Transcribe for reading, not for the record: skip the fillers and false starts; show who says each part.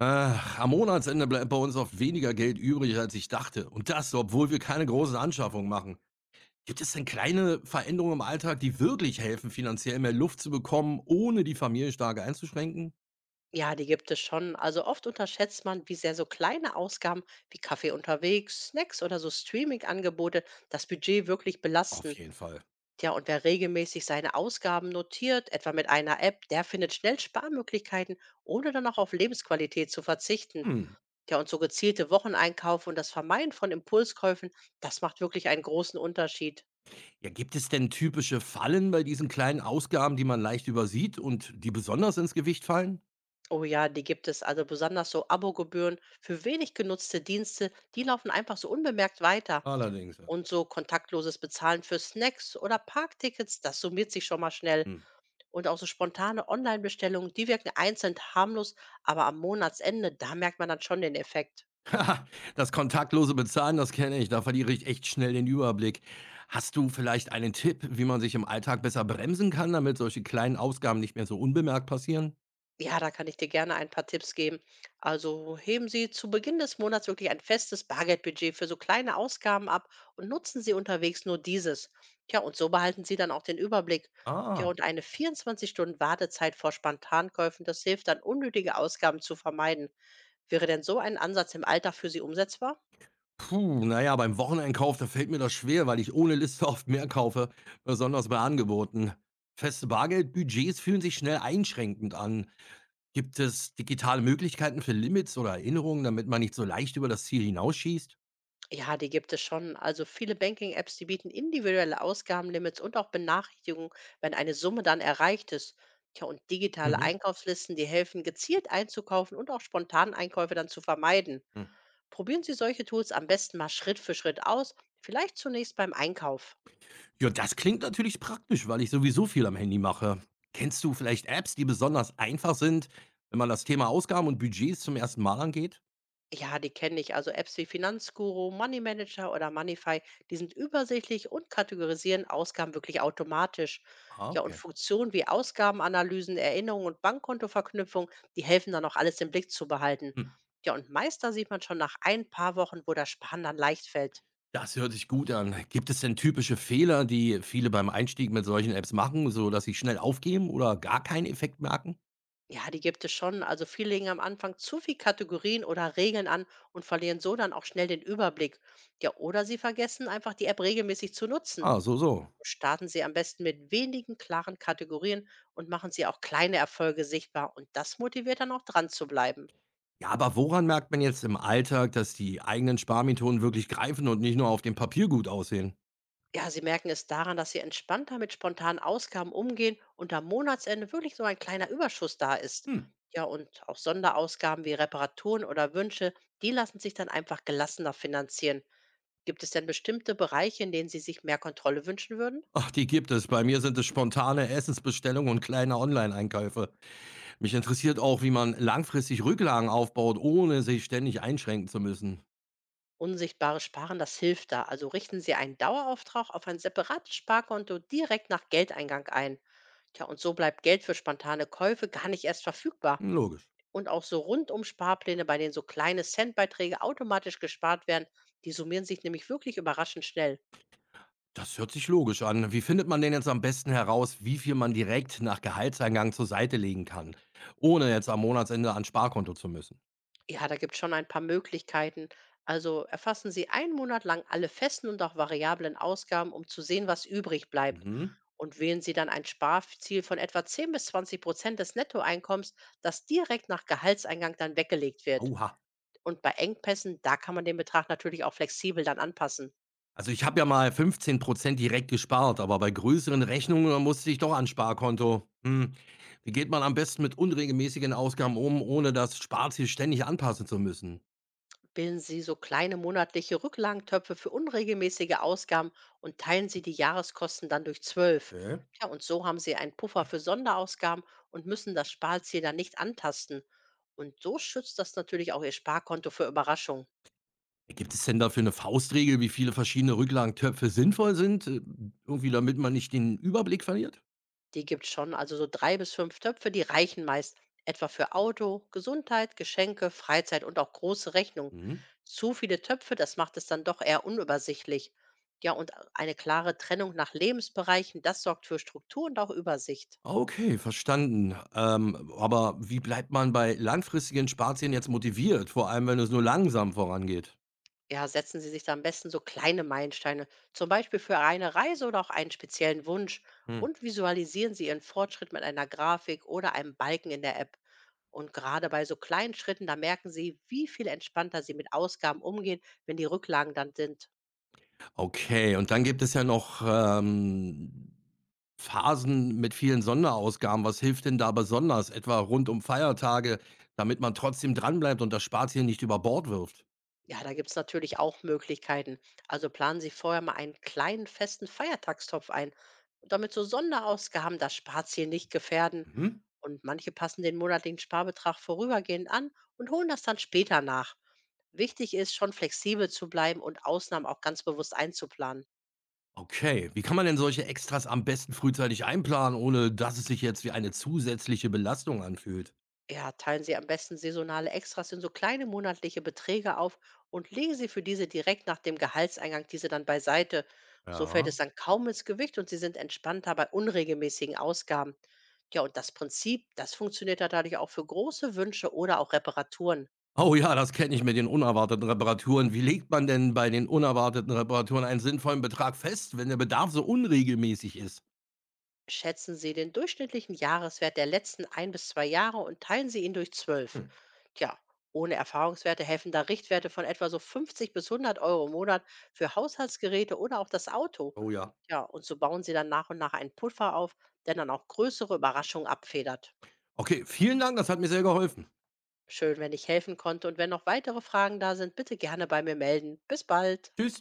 Speaker 1: Am Monatsende bleibt bei uns oft weniger Geld übrig, als ich dachte. Und das, obwohl wir keine großen Anschaffungen machen. Gibt es denn kleine Veränderungen im Alltag, die wirklich helfen, finanziell mehr Luft zu bekommen, ohne die Familie stark einzuschränken?
Speaker 2: Ja, die gibt es schon. Also oft unterschätzt man, wie sehr so kleine Ausgaben wie Kaffee unterwegs, Snacks oder so Streaming-Angebote das Budget wirklich
Speaker 1: Auf
Speaker 2: belasten.
Speaker 1: jeden Fall.
Speaker 2: Und wer regelmäßig seine Ausgaben notiert, etwa mit einer App, der findet schnell Sparmöglichkeiten, ohne dann auch auf Lebensqualität zu verzichten.
Speaker 1: Hm.
Speaker 2: Und so gezielte Wocheneinkäufe und das Vermeiden von Impulskäufen, das macht wirklich einen großen Unterschied.
Speaker 1: Ja, gibt es denn typische Fallen bei diesen kleinen Ausgaben, die man leicht übersieht und die besonders ins Gewicht fallen?
Speaker 2: Oh ja, die gibt es. Also besonders so Abogebühren für wenig genutzte Dienste, die laufen einfach so unbemerkt weiter.
Speaker 1: Allerdings, ja.
Speaker 2: Und so kontaktloses Bezahlen für Snacks oder Parktickets, das summiert sich schon mal schnell.
Speaker 1: Hm.
Speaker 2: Und auch so spontane Online-Bestellungen, die wirken einzeln harmlos, aber am Monatsende, da merkt man dann schon den Effekt.
Speaker 1: Ha, das kontaktlose Bezahlen, das kenne ich. Da verliere ich echt schnell den Überblick. Hast du vielleicht einen Tipp, wie man sich im Alltag besser bremsen kann, damit solche kleinen Ausgaben nicht mehr so unbemerkt passieren?
Speaker 2: Ja, da kann ich dir gerne ein paar Tipps geben. Also heben Sie zu Beginn des Monats wirklich ein festes Bargeldbudget für so kleine Ausgaben ab und nutzen Sie unterwegs nur dieses. Und so behalten Sie dann auch den Überblick. Ja,
Speaker 1: Ah,
Speaker 2: und eine 24-Stunden-Wartezeit vor Spontankäufen, das hilft dann, unnötige Ausgaben zu vermeiden. Wäre denn so ein Ansatz im Alltag für Sie umsetzbar?
Speaker 1: puh, naja, beim Wocheneinkauf, da fällt mir das schwer, weil ich ohne Liste oft mehr kaufe, besonders bei Angeboten. Feste Bargeldbudgets fühlen sich schnell einschränkend an. Gibt es digitale Möglichkeiten für Limits oder Erinnerungen, damit man nicht so leicht über das Ziel hinausschießt?
Speaker 2: Ja, die gibt es schon. Also viele Banking-Apps, die bieten individuelle Ausgabenlimits und auch Benachrichtigungen, wenn eine Summe dann erreicht ist. Und digitale
Speaker 1: Mhm.
Speaker 2: Einkaufslisten, die helfen, gezielt einzukaufen und auch spontan Einkäufe dann zu vermeiden.
Speaker 1: Hm.
Speaker 2: Probieren Sie solche Tools am besten mal Schritt für Schritt aus, vielleicht zunächst beim Einkauf.
Speaker 1: Ja, das klingt natürlich praktisch, weil ich sowieso viel am Handy mache. Kennst du vielleicht Apps, die besonders einfach sind, wenn man das Thema Ausgaben und Budgets zum ersten Mal angeht?
Speaker 2: Ja, die kenne ich, also Apps wie Finanzguru, Money Manager oder Moneyfy, die sind übersichtlich und kategorisieren Ausgaben wirklich automatisch.
Speaker 1: Ah,
Speaker 2: Ja, und
Speaker 1: okay.
Speaker 2: Funktionen wie Ausgabenanalysen, Erinnerungen und Bankkontoverknüpfung, die helfen dann auch alles im Blick zu behalten.
Speaker 1: Hm.
Speaker 2: Ja, und meist da sieht man schon nach ein paar Wochen, wo das Sparen dann leicht fällt.
Speaker 1: Das hört sich gut an. Gibt es denn typische Fehler, die viele beim Einstieg mit solchen Apps machen, sodass sie schnell aufgeben oder gar keinen Effekt merken?
Speaker 2: Ja, die gibt es schon. Also viele legen am Anfang zu viel Kategorien oder Regeln an und verlieren so dann auch schnell den Überblick. Ja, oder sie vergessen einfach die App regelmäßig zu nutzen.
Speaker 1: Ah, so, so.
Speaker 2: Starten Sie am besten mit wenigen klaren Kategorien und machen Sie auch kleine Erfolge sichtbar. Und das motiviert dann auch dran zu bleiben.
Speaker 1: Ja, aber woran merkt man jetzt im Alltag, dass die eigenen Sparmethoden wirklich greifen und nicht nur auf dem Papier gut aussehen?
Speaker 2: Ja, Sie merken es daran, dass Sie entspannter mit spontanen Ausgaben umgehen und am Monatsende wirklich so ein kleiner Überschuss da ist.
Speaker 1: Hm.
Speaker 2: Ja, und auch Sonderausgaben wie Reparaturen oder Wünsche, die lassen sich dann einfach gelassener finanzieren. Gibt es denn bestimmte Bereiche, in denen Sie sich mehr Kontrolle wünschen würden?
Speaker 1: Ach, die gibt es. Bei mir sind es spontane Essensbestellungen und kleine Online-Einkäufe. Mich interessiert auch, wie man langfristig Rücklagen aufbaut, ohne sich ständig einschränken zu müssen.
Speaker 2: Unsichtbares Sparen, das hilft da. Also richten Sie einen Dauerauftrag auf ein separates Sparkonto direkt nach Geldeingang ein. Und so bleibt Geld für spontane Käufe gar nicht erst verfügbar.
Speaker 1: Hm, logisch.
Speaker 2: Und auch so rundum Sparpläne, bei denen so kleine Centbeiträge automatisch gespart werden, die summieren sich nämlich wirklich überraschend schnell.
Speaker 1: Das hört sich logisch an. Wie findet man denn jetzt am besten heraus, wie viel man direkt nach Gehaltseingang zur Seite legen kann, ohne jetzt am Monatsende ans Sparkonto zu müssen?
Speaker 2: Ja, da gibt es schon ein paar Möglichkeiten. Also erfassen Sie einen Monat lang alle festen und auch variablen Ausgaben, um zu sehen, was übrig bleibt.
Speaker 1: Mhm.
Speaker 2: Und wählen Sie dann ein Sparziel von etwa 10 bis 20% des Nettoeinkommens, das direkt nach Gehaltseingang dann weggelegt wird.
Speaker 1: Oha.
Speaker 2: Und bei Engpässen, da kann man den Betrag natürlich auch flexibel dann anpassen.
Speaker 1: Also, ich habe ja mal 15 direkt gespart, aber bei größeren Rechnungen, da musste ich doch ans Sparkonto. Hm. Wie geht man am besten mit unregelmäßigen Ausgaben um, ohne das Sparziel ständig anpassen zu müssen?
Speaker 2: Bilden Sie so kleine monatliche Rücklagentöpfe für unregelmäßige Ausgaben und teilen Sie die Jahreskosten dann durch zwölf.
Speaker 1: Okay.
Speaker 2: Ja, und so haben Sie einen Puffer für Sonderausgaben und müssen das Sparziel dann nicht antasten. Und so schützt das natürlich auch Ihr Sparkonto für Überraschungen.
Speaker 1: Gibt es denn dafür eine Faustregel, wie viele verschiedene Rücklagentöpfe sinnvoll sind, irgendwie damit man nicht den Überblick verliert?
Speaker 2: Die gibt's schon, also so 3 bis 5 Töpfe, die reichen meist, etwa für Auto, Gesundheit, Geschenke, Freizeit und auch große Rechnungen.
Speaker 1: Mhm.
Speaker 2: Zu viele Töpfe, das macht es dann doch eher unübersichtlich. Ja, und eine klare Trennung nach Lebensbereichen, das sorgt für Struktur und auch Übersicht.
Speaker 1: Okay, verstanden. Aber wie bleibt man bei langfristigen Sparzielen jetzt motiviert, vor allem wenn es nur langsam vorangeht?
Speaker 2: Ja, setzen Sie sich da am besten so kleine Meilensteine, zum Beispiel für eine Reise oder auch einen speziellen Wunsch
Speaker 1: Hm.
Speaker 2: und visualisieren Sie Ihren Fortschritt mit einer Grafik oder einem Balken in der App. Und gerade bei so kleinen Schritten, da merken Sie, wie viel entspannter Sie mit Ausgaben umgehen, wenn die Rücklagen dann sind.
Speaker 1: Okay, und dann gibt es ja noch, Phasen mit vielen Sonderausgaben. Was hilft denn da besonders, etwa rund um Feiertage, damit man trotzdem dranbleibt und das Sparziel nicht über Bord wirft?
Speaker 2: Ja, da gibt's natürlich auch Möglichkeiten. Also planen Sie vorher mal einen kleinen festen Feiertagstopf ein, damit so Sonderausgaben das Sparziel nicht gefährden.
Speaker 1: Mhm.
Speaker 2: Und manche passen den monatlichen Sparbetrag vorübergehend an und holen das dann später nach. Wichtig ist, schon flexibel zu bleiben und Ausnahmen auch ganz bewusst einzuplanen.
Speaker 1: Okay, wie kann man denn solche Extras am besten frühzeitig einplanen, ohne dass es sich jetzt wie eine zusätzliche Belastung anfühlt?
Speaker 2: Ja, teilen Sie am besten saisonale Extras in so kleine monatliche Beträge auf und legen Sie für diese direkt nach dem Gehaltseingang diese dann beiseite. So fällt es
Speaker 1: Ja.
Speaker 2: dann kaum ins Gewicht und Sie sind entspannter bei unregelmäßigen Ausgaben. Ja, und das Prinzip, das funktioniert natürlich auch für große Wünsche oder auch Reparaturen.
Speaker 1: Oh ja, das kenne ich mit den unerwarteten Reparaturen. Wie legt man denn bei den unerwarteten Reparaturen einen sinnvollen Betrag fest, wenn der Bedarf so unregelmäßig ist?
Speaker 2: Schätzen Sie den durchschnittlichen Jahreswert der letzten ein bis zwei Jahre und teilen Sie ihn durch 12. Tja, ohne Erfahrungswerte helfen da Richtwerte von etwa so 50 bis 100 Euro im Monat für Haushaltsgeräte oder auch das Auto.
Speaker 1: Oh ja.
Speaker 2: Ja, und so bauen Sie dann nach und nach einen Puffer auf, der dann auch größere Überraschungen abfedert.
Speaker 1: Okay, vielen Dank, das hat mir sehr geholfen.
Speaker 2: Schön, wenn ich helfen konnte und wenn noch weitere Fragen da sind, bitte gerne bei mir melden. Bis bald.
Speaker 1: Tschüss.